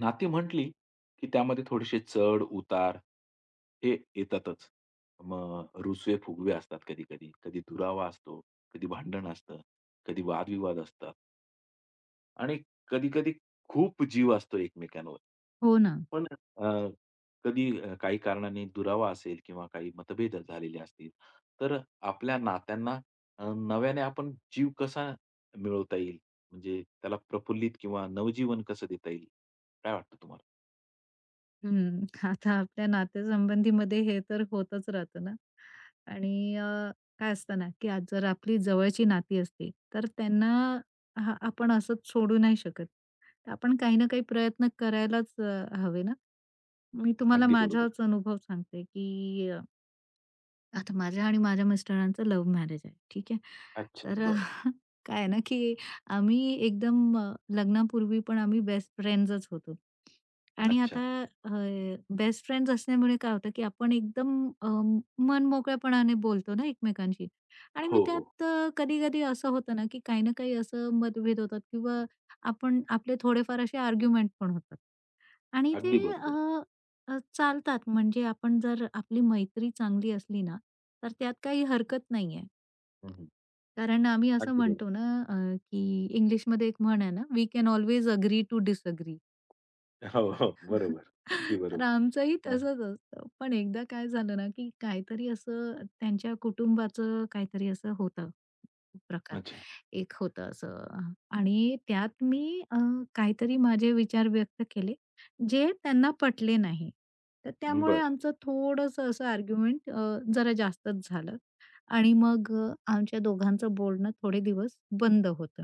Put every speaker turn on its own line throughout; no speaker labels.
नाती म्हटली की त्यामध्ये थोडेसे चढ-उतार हे येतातच. मग रुसवे-फुगवे असतात कधी-कधी. कधी कधी दुरावा असतो, कधी भांडण असतं, कधी वादविवाद असतात आणि कधी-कधी खूप जीव असतो एकमेकांवर.
हो ना.
पण अ, कधी काही कारणाने दुरावा असेल किंवा काही मतभेद झालेले असतील, तर आपल्या नात्यांना नव्याने आपण जीव कसा मिळवता येईल? म्हणजे त्याला प्रफुल्लित किंवा नवजीवन कसं देता येईल? काय वाटतं तुम्हाला?
हं. आता आपल्या नातेसंबंधीमध्ये हे तर होतच राहतं ना. आणि काय असतं ना, की आज जर आपली जवळची नाती असते, तर त्यांना हा आपण असंच सोडू नाही शकत. तर आपण काही ना काही प्रयत्न करायलाच हवे ना. मी तुम्हाला
अगदी बरोबर.
माझाच अनुभव सांगते, की आता माझं आणि माझ्या मिस्टरांचं लव्ह मॅरेज आहे. ठीक आहे.
अच्छा,
तर
बरं.
काय आहे ना, की आम्ही लग्नापूर्वी पण आम्ही बेस्ट फ्रेंड्सच होतो. आणि
अच्छा.
आता अ, बेस्ट फ्रेंड्स असल्यामुळे काय होतं, की आपण मनमोकळेपणाने बोलतो ना एकमेकांशी. आणि मग
हो, हो.
त्यात कधी-कधी असं होतं ना, की काही ना काही असं मतभेद होतात किंवा आपण आपले थोडेफार असे आर्ग्युमेंट पण होतात. आणि ते
अगदी बरोबर.
अ, चालतात म्हणजे आपण जर आपली मैत्री चांगली असली ना, तर त्यात काही हरकत नाहीये.
हं, हं.
कारण आम्ही असं
अगदी
म्हणतो
बरोबर.
ना, की इंग्लिशमध्ये एक म्हण आहे ना, "we can always agree to disagree."
हो, हो. बरोबर. अगदी
तर
बरोबर.
आमचंही
हां.
तसंच असतं. पण एकदा काय झालं ना, की काहीतरी असं त्यांच्या कुटुंबाचं काहीतरी असं होतं. प्रकार
अच्छा.
एक होतं असं आणि त्यात मी काहीतरी माझे विचार व्यक्त केले, जे त्यांना पटले नाही. तर त्यामुळे
बरं.
आमचं थोडंसं असं आर्ग्युमेंट जरा जास्तच झालं आणि मग आमच्या दोघांचं बोलणं थोडे दिवस बंद होतं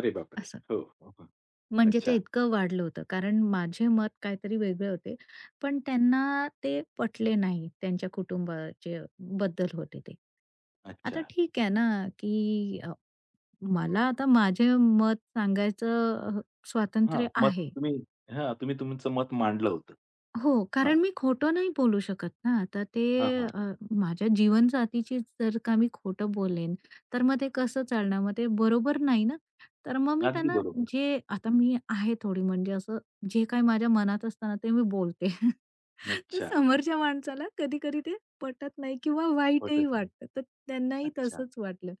अरे बापरे!
असं.
हो, हो, हो.
म्हणजे ते
अच्छा,
इतकं वाढलं होतं कारण माझे मत काहीतरी वेगळे होते, पण त्यांना ते पटले नाही. त्यांच्या कुटुंबाचे बद्दल होते ते.
अच्छा.
आता ठीक आहे ना, की मला आता माझे मत सांगायचं
हां,
स्वातंत्र्य
मत
आहे.
तुम्ही हां, तुम्ही तुमचं मत मांडलं होतं.
हो,
हां,
कारण मी खोटं नाही बोलू शकत ना. आता ते
हां, हां.
अ, माझ्या जीवनसाथीचीच जर का मी खोटं बोलेन, तर मग ते कसं चालणार? मग ते बरोबर नाही ना. तर मग मी
अगदी
त्यांना
बरोबर.
जे आता मी आहे थोडी म्हणजे असं जे काही माझ्या मनात असतं ते मी बोलते. तर
अच्छा.
समोरच्या माणसाला कधी-कधी ते पटत नाही किंवा वाईटही
पटत नाही.
वाटतं. तर त्यांनाही
अच्छा.
तसंच वाटलं.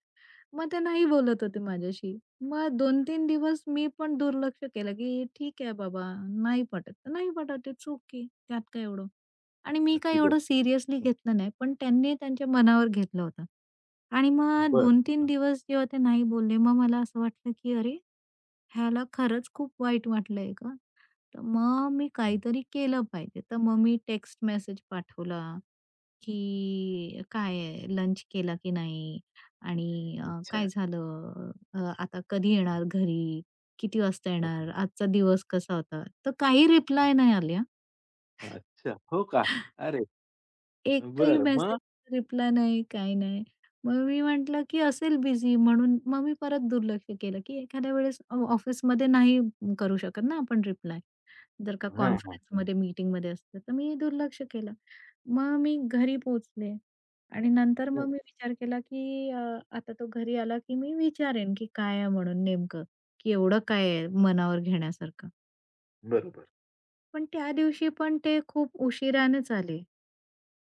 मग ते नाही बोलत होते माझ्याशी. मग 2 तीन दिवस मी पण दुर्लक्ष केलं, की ठीक आहे बाबा, नाही पटत तर नाही पटत, इट्स ओके. त्यात काय एवढं. आणि मी काही
अगदी बरोबर.
एवढं सिरियसली घेतलं नाही, पण त्यांनी त्यांच्या मनावर घेतलं होतं. आणि मग
बरं.
2 तीन
हं,
दिवस जेव्हा ते नाही बोलले, मग मला असं वाटलं, की अरे, ह्याला खरंच खूप वाईट वाटलंय का? तर मग मी काहीतरी केलं पाहिजे. तर मग मी टेक्स्ट मेसेज पाठवला. की काय लंच केला की नाही आणि
अच्छा.
काय झालं? आता कधी येणार घरी? किती वाजता येणार? आजचा दिवस कसा होता? तर काही रिप्लाय नाही आल्या.
अच्छा. हो का? अरे!
एकही
बरं. मग?
मेसेजचा रिप्लाय नाही, काही नाही. मग मी म्हटलं, की असेल बिझी म्हणून मग मी परत दुर्लक्ष केलं, की एखाद्या वेळेस ऑफिसमध्ये नाही करू शकत ना आपण रिप्लाय. जर का
हां, हां.
कॉन्फरन्समध्ये, मीटिंगमध्ये असतं, तर मी दुर्लक्ष केलं. मग मी घरी पोहोचले आणि नंतर
हं.
मग मी विचार केला, की आता तो घरी आला, की मी विचारेन, की काय आहे म्हणून नेमकं, की एवढं काय आहे मनावर घेण्यासारखं?
बरोबर.
पण त्या दिवशी पण ते खूप उशिरानेच आले.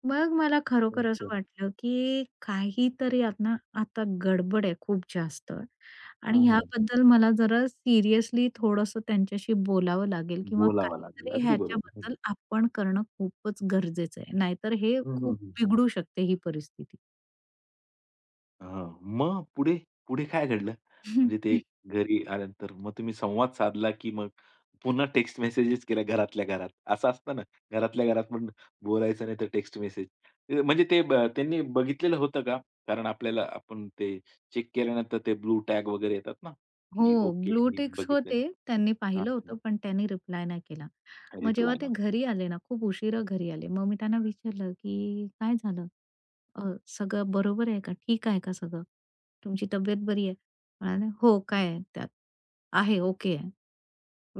मग मला खरोखर
अच्छा.
असं वाटलं, की काहीतरी आता आता गडबड आहे खूप जास्त आणि
हां, हां.
ह्याबद्दल मला जरा सिरियसली थोडंसं त्यांच्याशी बोलावं लागेल किंवा
बोलावं लागलं.
काहीतरी
अगदी बरोबर. हं,
ह्याच्याबद्दल आपण करणं खूपच गरजेचं आहे. नाहीतर हे
हं, हं,
खूप
हं.
बिघडू शकते ही परिस्थिती.
हां. मग पुढे? पुढे काय घडलं? म्हणजे ते घरी आल्यानंतर मग तुम्ही संवाद साधला, की मग पुन्हा टेक्स्ट मेसेजेस केल्या घरातल्या घरात? असं असतं ना, घरातल्या घरात पण बोलायचं नाही तर टेक्स्ट मेसेज. म्हणजे ते त्यांनी बघितलेलं होतं का? कारण आपल्याला आपण ते चेक केल्यानंतर ते ब्लू टॅग वगैरे येतात ना,
हो,
की ओके
ब्लू
यांनी
टिक्स
बघितलं.
होते. त्यांनी पाहिलं
अच्छा.
होतं, पण त्यांनी रिप्लाय नाही केला. मग जेव्हा
रिप्लाय
ते
नव्हता.
घरी आले ना, खूप उशिरा घरी आले. मग मी त्यांना विचारलं, की "काय झालं? अ, सगळं बरोबर आहे का? ठीक आहे का सगळं? तुमची तब्येत बरी आहे?" म्हणाले, "हो, काय आहे त्यात? आहे, ओके आहे.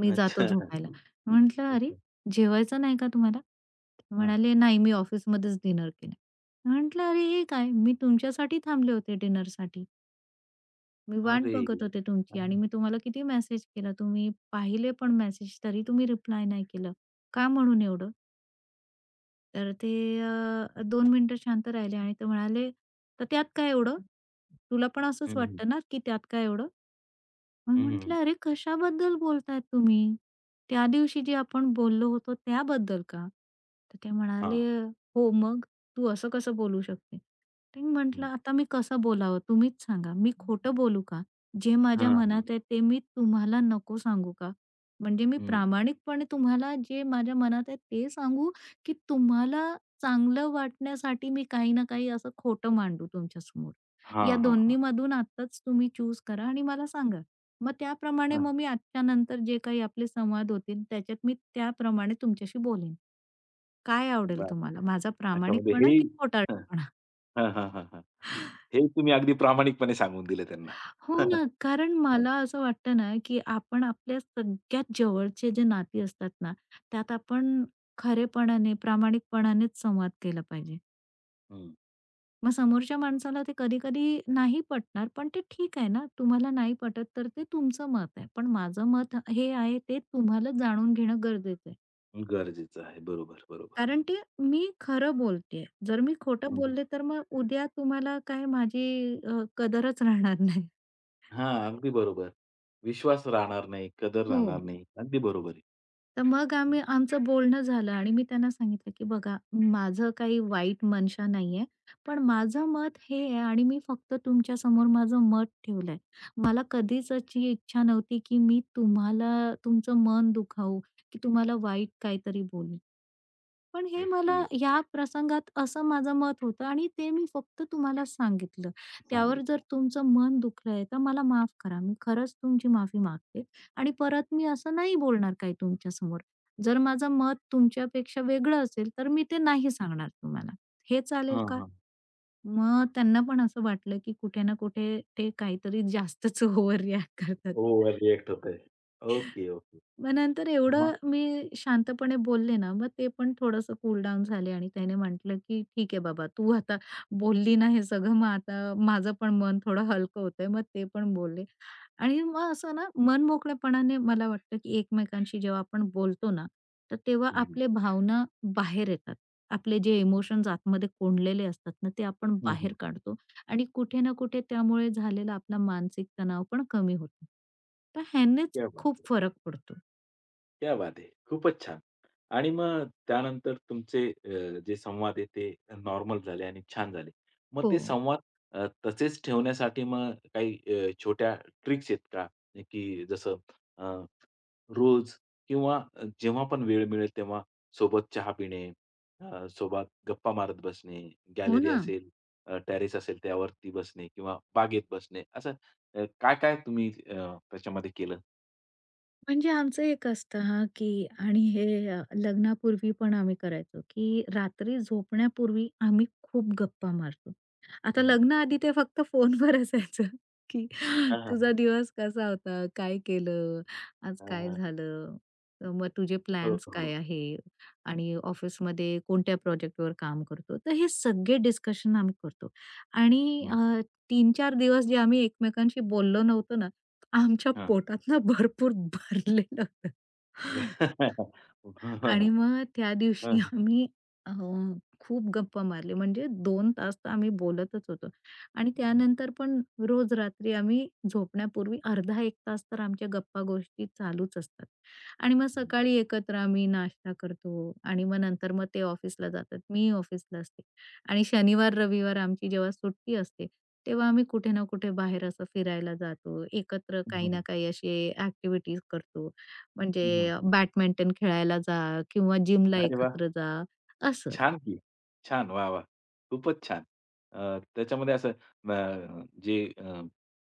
मी जातो
अच्छा,
झोपायला." म्हटलं, "अरे,
अच्छा.
जेवायचं नाही का तुम्हाला?" ते
हां.
म्हणाले, "नाही, मी ऑफिसमध्येच डिनर केलं." म्हटलं, "अरे, हे काय? मी तुमच्यासाठी थांबले होते डिनरसाठी. मी वाट
अरे!
बघत होते तुमची आणि मी तुम्हाला किती मेसेज केला. तुम्ही पाहिले पण मेसेज, तरी तुम्ही रिप्लाय नाही केलं. का म्हणून एवढं?" तर ते 2 मिनिटं शांत राहिले आणि ते म्हणाले, "तर त्यात काय एवढं? तुला पण असंच
हं, हं.
वाटतं ना की त्यात काय एवढं?" मग
हं, हं.
म्हटलं, "अरे कशाबद्दल बोलतायत तुम्ही? त्या दिवशी जे आपण बोललो होतो त्याबद्दल का?" तर ते
हां.
म्हणाले, "हो, मग तू असं कसं बोलू शकते?" तर मी म्हटलं,
हं.
"आता मी कसं बोलावं तुम्हीच सांगा. मी खोटं बोलू का? जे माझ्या
हां, हां.
मनात आहे ते मी तुम्हाला नको सांगू का? म्हणजे मी
हं.
प्रामाणिकपणे तुम्हाला जे माझ्या मनात आहे ते सांगू, की तुम्हाला चांगलं वाटण्यासाठी मी काही ना काही असं खोटं मांडू तुमच्यासमोर?
हां,
या
हां, हां.
दोन्हीमधून आत्ताच तुम्ही चूज करा आणि मला सांगा." मग त्याप्रमाणे
हां.
मग मी आजच्या नंतर जे काही आपले संवाद होतील, त्याच्यात मी त्याप्रमाणे तुमच्याशी बोलेन. काय आवडेल
बापरे!
तुम्हाला? माझा
अच्छा, म्हणजे
प्रामाणिकपणा
हेही
की
हं.
खोटारडेपणा?
हां, हां, हां, हां. हे तुम्ही अगदी प्रामाणिकपणे सांगून दिलं त्यांना.
हो ना, कारण मला असं वाटतं ना, की आपण आपल्या सगळ्यात जवळचे जे नाती असतात ना, त्यात आपण खरेपणाने, प्रामाणिकपणानेच संवाद केला पाहिजे.
हं.
मग समोरच्या माणसाला ते कधी-कधी नाही पटणार, पण ते ठीक आहे ना. तुम्हाला नाही पटत, तर ते तुमचं मत आहे. पण माझं मत हे आहे, ते तुम्हाला जाणून घेणं गरजेचं आहे.
गरजेचं आहे. बरोबर, बरोबर.
कारण ते मी खरं बोलतेय. जर मी खोटं
हं, हं.
बोलले, तर मग उद्या तुम्हाला काय माझी कदरच राहणार नाही.
हां, अगदी बरोबर. विश्वास राहणार नाही, कदर
हो.
राहणार नाही. अगदी बरोबर आहे.
तर मग
हं.
आम्ही आमचं बोलणं झालं आणि मी त्यांना सांगितलं, की "बघा, माझं काही वाईट मनशा नाहीये, पण माझं मत हे आहे आणि मी फक्त तुमच्यासमोर माझं मत ठेवलंय. मला कधीच अशी इच्छा नव्हती, की मी तुम्हाला तुमचं मन दुखावू, की तुम्हाला वाईट काहीतरी बोलू." पण हे
ओके.
मला या प्रसंगात असं माझं मत होतं आणि ते मी फक्त तुम्हाला सांगितलं. त्यावर जर
सांगितलं.
तुमचं मन दुखलंय तर मला माफ करा. मी खरंच तुमची माफी मागते आणि परत मी असं नाही बोलणार काही तुमच्यासमोर. जर माझं मत तुमच्यापेक्षा वेगळं असेल तर मी ते नाही सांगणार तुम्हाला. हे चालेल
हां,
का?
हां.
मग त्यांना पण असं वाटलं की कुठे ना कुठे ते काहीतरी जास्तच ओव्हर रिएक्ट करतात.
ओव्हर रिएक्ट होतंय. Okay, okay.
मग नंतर एवढं
मग?
मी शांतपणे बोलले ना, मग ते पण थोडंसं कूल डाउन झाले आणि त्याने म्हटलं, की "ठीक आहे बाबा, तू आता बोलली ना हे सगळं, मग आता माझं पण मन थोडं हलकं होतंय." मग ते पण बोलले आणि मग असं ना मन मोकळेपणाने मला वाटतं, की एकमेकांशी जेव्हा आपण बोलतो ना, तर तेव्हा
हं, हं.
आपले भावना बाहेर येतात. आपले जे इमोशन्स आतमध्ये कोंडलेले असतात ना, ते आपण
हं,
बाहेर
हं.
काढतो आणि कुठे ना कुठे त्यामुळे झालेला आपला मानसिक तणाव पण कमी होतो. तर ह्यानेच
क्या बात
खूप
है!
फरक पडतो.
क्या बात है! खूपच छान. आणि मग त्यानंतर तुमचे जे संवाद आहे ते नॉर्मल झाले आणि छान झाले. मग
हो.
ते संवाद तसेच ठेवण्यासाठी मग काही छोट्या ट्रिक्स आहेत का? की जसं अ, रोज किंवा जेव्हा पण वेळ मिळेल तेव्हा सोबत चहा पिणे, सोबत गप्पा मारत बसणे,
हो
गॅलरी
ना.
असेल, टेरेस असेल त्यावरती बसणे किंवा बागेत बसणे असं काय-काय तुम्ही त्याच्यामध्ये केलं?
म्हणजे आमचं एक असतं हां, की आणि हे लग्नापूर्वी पण आम्ही करायचो, की रात्री झोपण्यापूर्वी आम्ही खूप गप्पा मारतो. आता
हं.
लग्नाआधी ते फक्त फोनवर असायचं, की
हां, हां.
तुझा दिवस कसा होता? काय केलं? आज
हां,
काय
हां.
झालं? मग तुझे
हो,
प्लॅन्स
हो.
काय आहे? आणि ऑफिसमध्ये कोणत्या प्रोजेक्टवर काम करतो? तर हे सगळे डिस्कशन आम्ही करतो. आणि
हं.
3-4 दिवस जे आम्ही एकमेकांशी बोललो नव्हतो ना आमच्या
हां.
पोटात ना भरपूर भरलेलं होतं. आणि मग त्या दिवशी आम्ही अ, खूप गप्पा मारली. म्हणजे 2 तास तर आम्ही बोलतच होतो आणि
हं.
त्यानंतर पण रोज रात्री आम्ही झोपण्यापूर्वी अर्धा 1 तास तर आमच्या गप्पा-गोष्टी चालूच असतात. आणि मग सकाळी एकत्र आम्ही नाश्ता करतो आणि मग नंतर मग ते ऑफिसला जातात. मी ऑफिसला असते आणि शनिवार-रविवार आमची जेव्हा सुट्टी असते, तेव्हा आम्ही कुठे ना कुठे बाहेर असं फिरायला जातो. एकत्र काही ना
हं.
काही असे ॲक्टिव्हिटीज करतो म्हणजे
हं.
बॅडमिंटन खेळायला जा किंवा जिमला
अरे वाह!
एकत्र जा असं.
छान की. छान. वाह, वाह! खूपच छान. त्याच्यामध्ये असं जे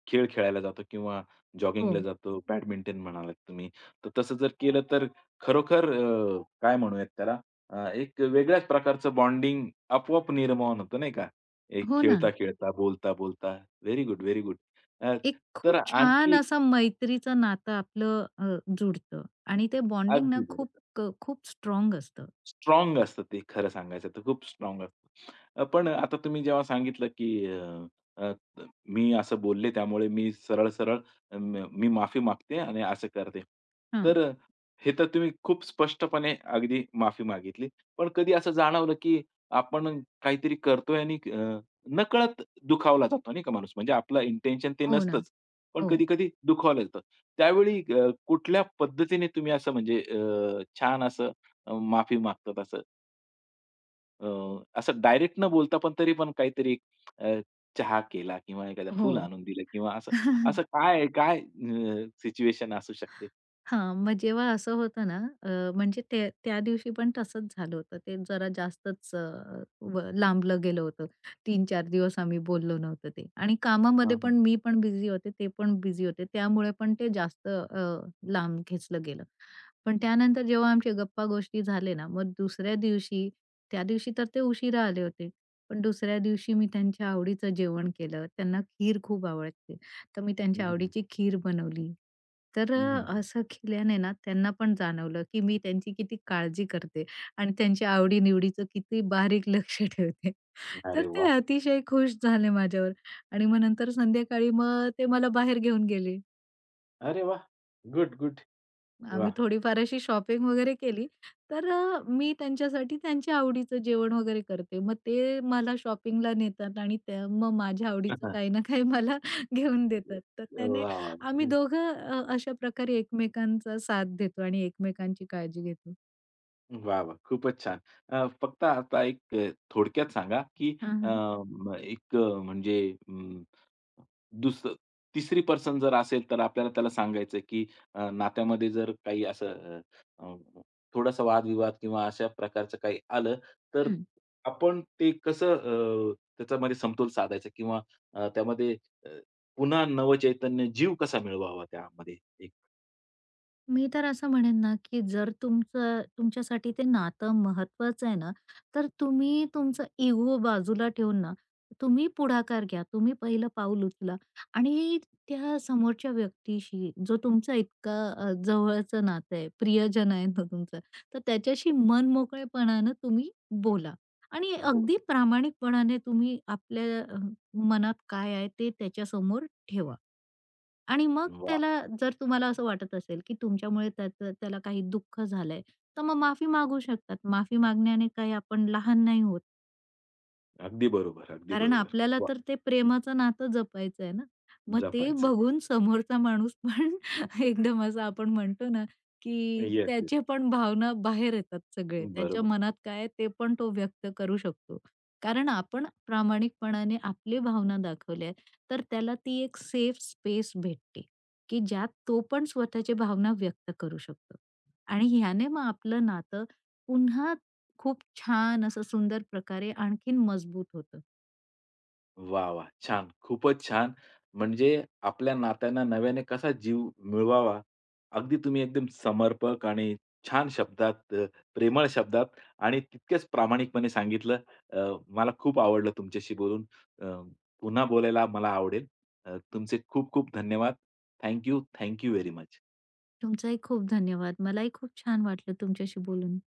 खेळ खेळायला जातो किंवा जॉगिंगला
हो.
जातो, बॅडमिंटन म्हणालात तुम्ही. तर तसं जर केलं तर खरोखर काय म्हणूयात त्याला एक वेगळ्याच प्रकारचं बॉन्डिंग आपोआप निर्माण होतं नाही का? एक
हो ना.
खेळता-खेळता, बोलता-बोलता. Very good, very good. अ,
एक
तर
खूप छान
आणखी
असा मैत्रीचं नातं आपलं जुडतं आणि ते बॉन्डिंग ना
अगदी बरोबर.
खूप स्ट्राँग असतं.
स्ट्राँग असतं ते खरं सांगायचं तर खूप स्ट्राँग असतं. पण आता तुम्ही जेव्हा सांगितलं की अ, अ, मी असं बोलले त्यामुळे मी सरळ-सरळ अ, म मी माफी मागते आणि असं करते.
हां.
तर हे तर तुम्ही खूप स्पष्टपणे अगदी माफी मागितली. पण कधी असं जाणवलं की आपण काहीतरी करतोय आणि नकळत दुखावला जातो नाही का माणूस. म्हणजे आपलं इंटेन्शन ते
हो ना.
नसतंच. पण
हो.
कधी-कधी दुखावलं जातं. त्यावेळी कुठल्या पद्धतीने तुम्ही असं म्हणजे छान असं माफी मागतात असं. अ, असं डायरेक्ट न बोलता पण तरी पण काहीतरी अ, चहा केला किंवा एखादं
हो.
फुल आणून दिलं किंवा असं असं काय काय सिच्युएशन असू शकते?
हां, मग जेव्हा असं होतं ना, म्हणजे त्या त्या दिवशी पण तसंच झालं होतं. ते जरा जास्तच अ, व लांबलं गेलं होतं. 3-4 दिवस आम्ही बोललो नव्हतो ते आणि
हां,
कामामध्ये
हां.
पण मी पण बिझी होते, ते पण बिझी होते. त्यामुळे पण ते जास्त लांब खेचलं गेलं. पण त्यानंतर जेव्हा आमच्या गप्पा-गोष्टी झाले ना, मग दुसऱ्या दिवशी त्या दिवशी तर ते उशिरा आले होते. पण दुसऱ्या दिवशी मी त्यांच्या आवडीचं जेवण केलं. त्यांना खीर खूप आवडते. तर मी
हं,
त्यांच्या
हं.
आवडीची खीर बनवली. तर
हं, हं, हं.
असं केल्याने ना त्यांना पण जाणवलं, की मी त्यांची किती काळजी करते आणि त्यांच्या आवडी-निवडीचं किती बारीक लक्ष ठेवते. तर
अरे
ते
वाह!
अतिशय खुश झाले माझ्यावर आणि मग नंतर संध्याकाळी मग ते मला बाहेर घेऊन गेले.
अरे वाह! Good, good.
आम्ही
वाह!
थोडीफार अशी शॉपिंग वगैरे केली, तर मी त्यांच्यासाठी त्यांच्या आवडीचं जेवण वगैरे करते. मग ते मला शॉपिंगला नेतात आणि त्या मग माझ्या आवडीचं
हां,
काही ना काही मला घेऊन देतात. तर त्याने
वाह, वाह,
आम्ही
वाह!
दोघं अशा प्रकारे एकमेकांचा साथ देतो आणि एकमेकांची काळजी घेतो.
वाह, वाह! खूपच छान. फक्त आता एक थोडक्यात सांगा, की
हां,
अ,
हां.
म एक म्हणजे अं, दुस तिसरी पर्सन जर असेल, तर आपल्याला त्याला सांगायचं, की नात्यामध्ये जर काही असं अ, अ, थोडासा वादविवाद किंवा अशा प्रकारचं काही आलं, तर आपण ते कसं त्याच्यामध्ये समतोल साधायचा किंवा त्यामध्ये अ, पुन्हा नवचैतन्य, जीव कसा मिळवावा त्यामध्ये? एक
मी तर असं म्हणेन ना, की जर तुमचं तुमच्यासाठी ते नातं महत्त्वाचं आहे ना, तर तुम्ही तुमचं इगो बाजूला ठेवून ना, तुम्ही पुढाकार घ्या. तुम्ही पहिलं पाऊल उचला आणि त्या समोरच्या व्यक्तीशी जो तुमचा इतका जवळचं नातं आहे, प्रियजन आहे तो तुमचा, तर त्याच्याशी मनमोकळेपणानं तुम्ही बोला आणि
बोल
अगदी प्रामाणिकपणाने तुम्ही आपल्या मनात काय आहे ते त्याच्यासमोर ठेवा. आणि मग
वाह!
त्याला जर तुम्हाला असं वाटत असेल, की तुमच्यामुळे त्याचं त्याला काही दुःख झालंय, तर मग माफी मागू शकतात. माफी मागण्याने काही आपण लहान नाही होत.
अगदी बरोबर, अगदी
कारण
बरोबर.
आपल्याला
वाह!
तर ते प्रेमाचं नातं जपायचं आहे ना. मग ते
जपायचंय.
बघून समोरचा माणूस पण एकदम असं आपण म्हणतो ना, की
येस, येस.
त्याचे पण भावना बाहेर येतात सगळे. त्याच्या
बरोबर.
मनात काय आहे ते पण तो व्यक्त करू शकतो. कारण आपण प्रामाणिकपणाने आपली भावना दाखवल्या तर त्याला ती एक सेफ स्पेस भेटते, की ज्यात तो पण स्वतःची भावना व्यक्त करू शकतो. आणि ह्याने मग आपलं नातं पुन्हा खूप छान असं सुंदर प्रकारे आणखीन मजबूत होतं.
वाह, वाह! छान. खूपच छान. म्हणजे आपल्या नात्यांना नव्याने कसा जीव मिळवावा, अगदी तुम्ही एकदम समर्पक आणि छान शब्दात, प्रेमळ शब्दात आणि तितकेच प्रामाणिकपणे सांगितलं. अ, मला खूप आवडलं तुमच्याशी बोलून. अ, पुन्हा बोलायला मला आवडेल. तुमचे खूप खूप धन्यवाद. Thank you, very much.
तुमचाही खूप धन्यवाद. मलाही खूप छान वाटलं तुमच्याशी बोलून.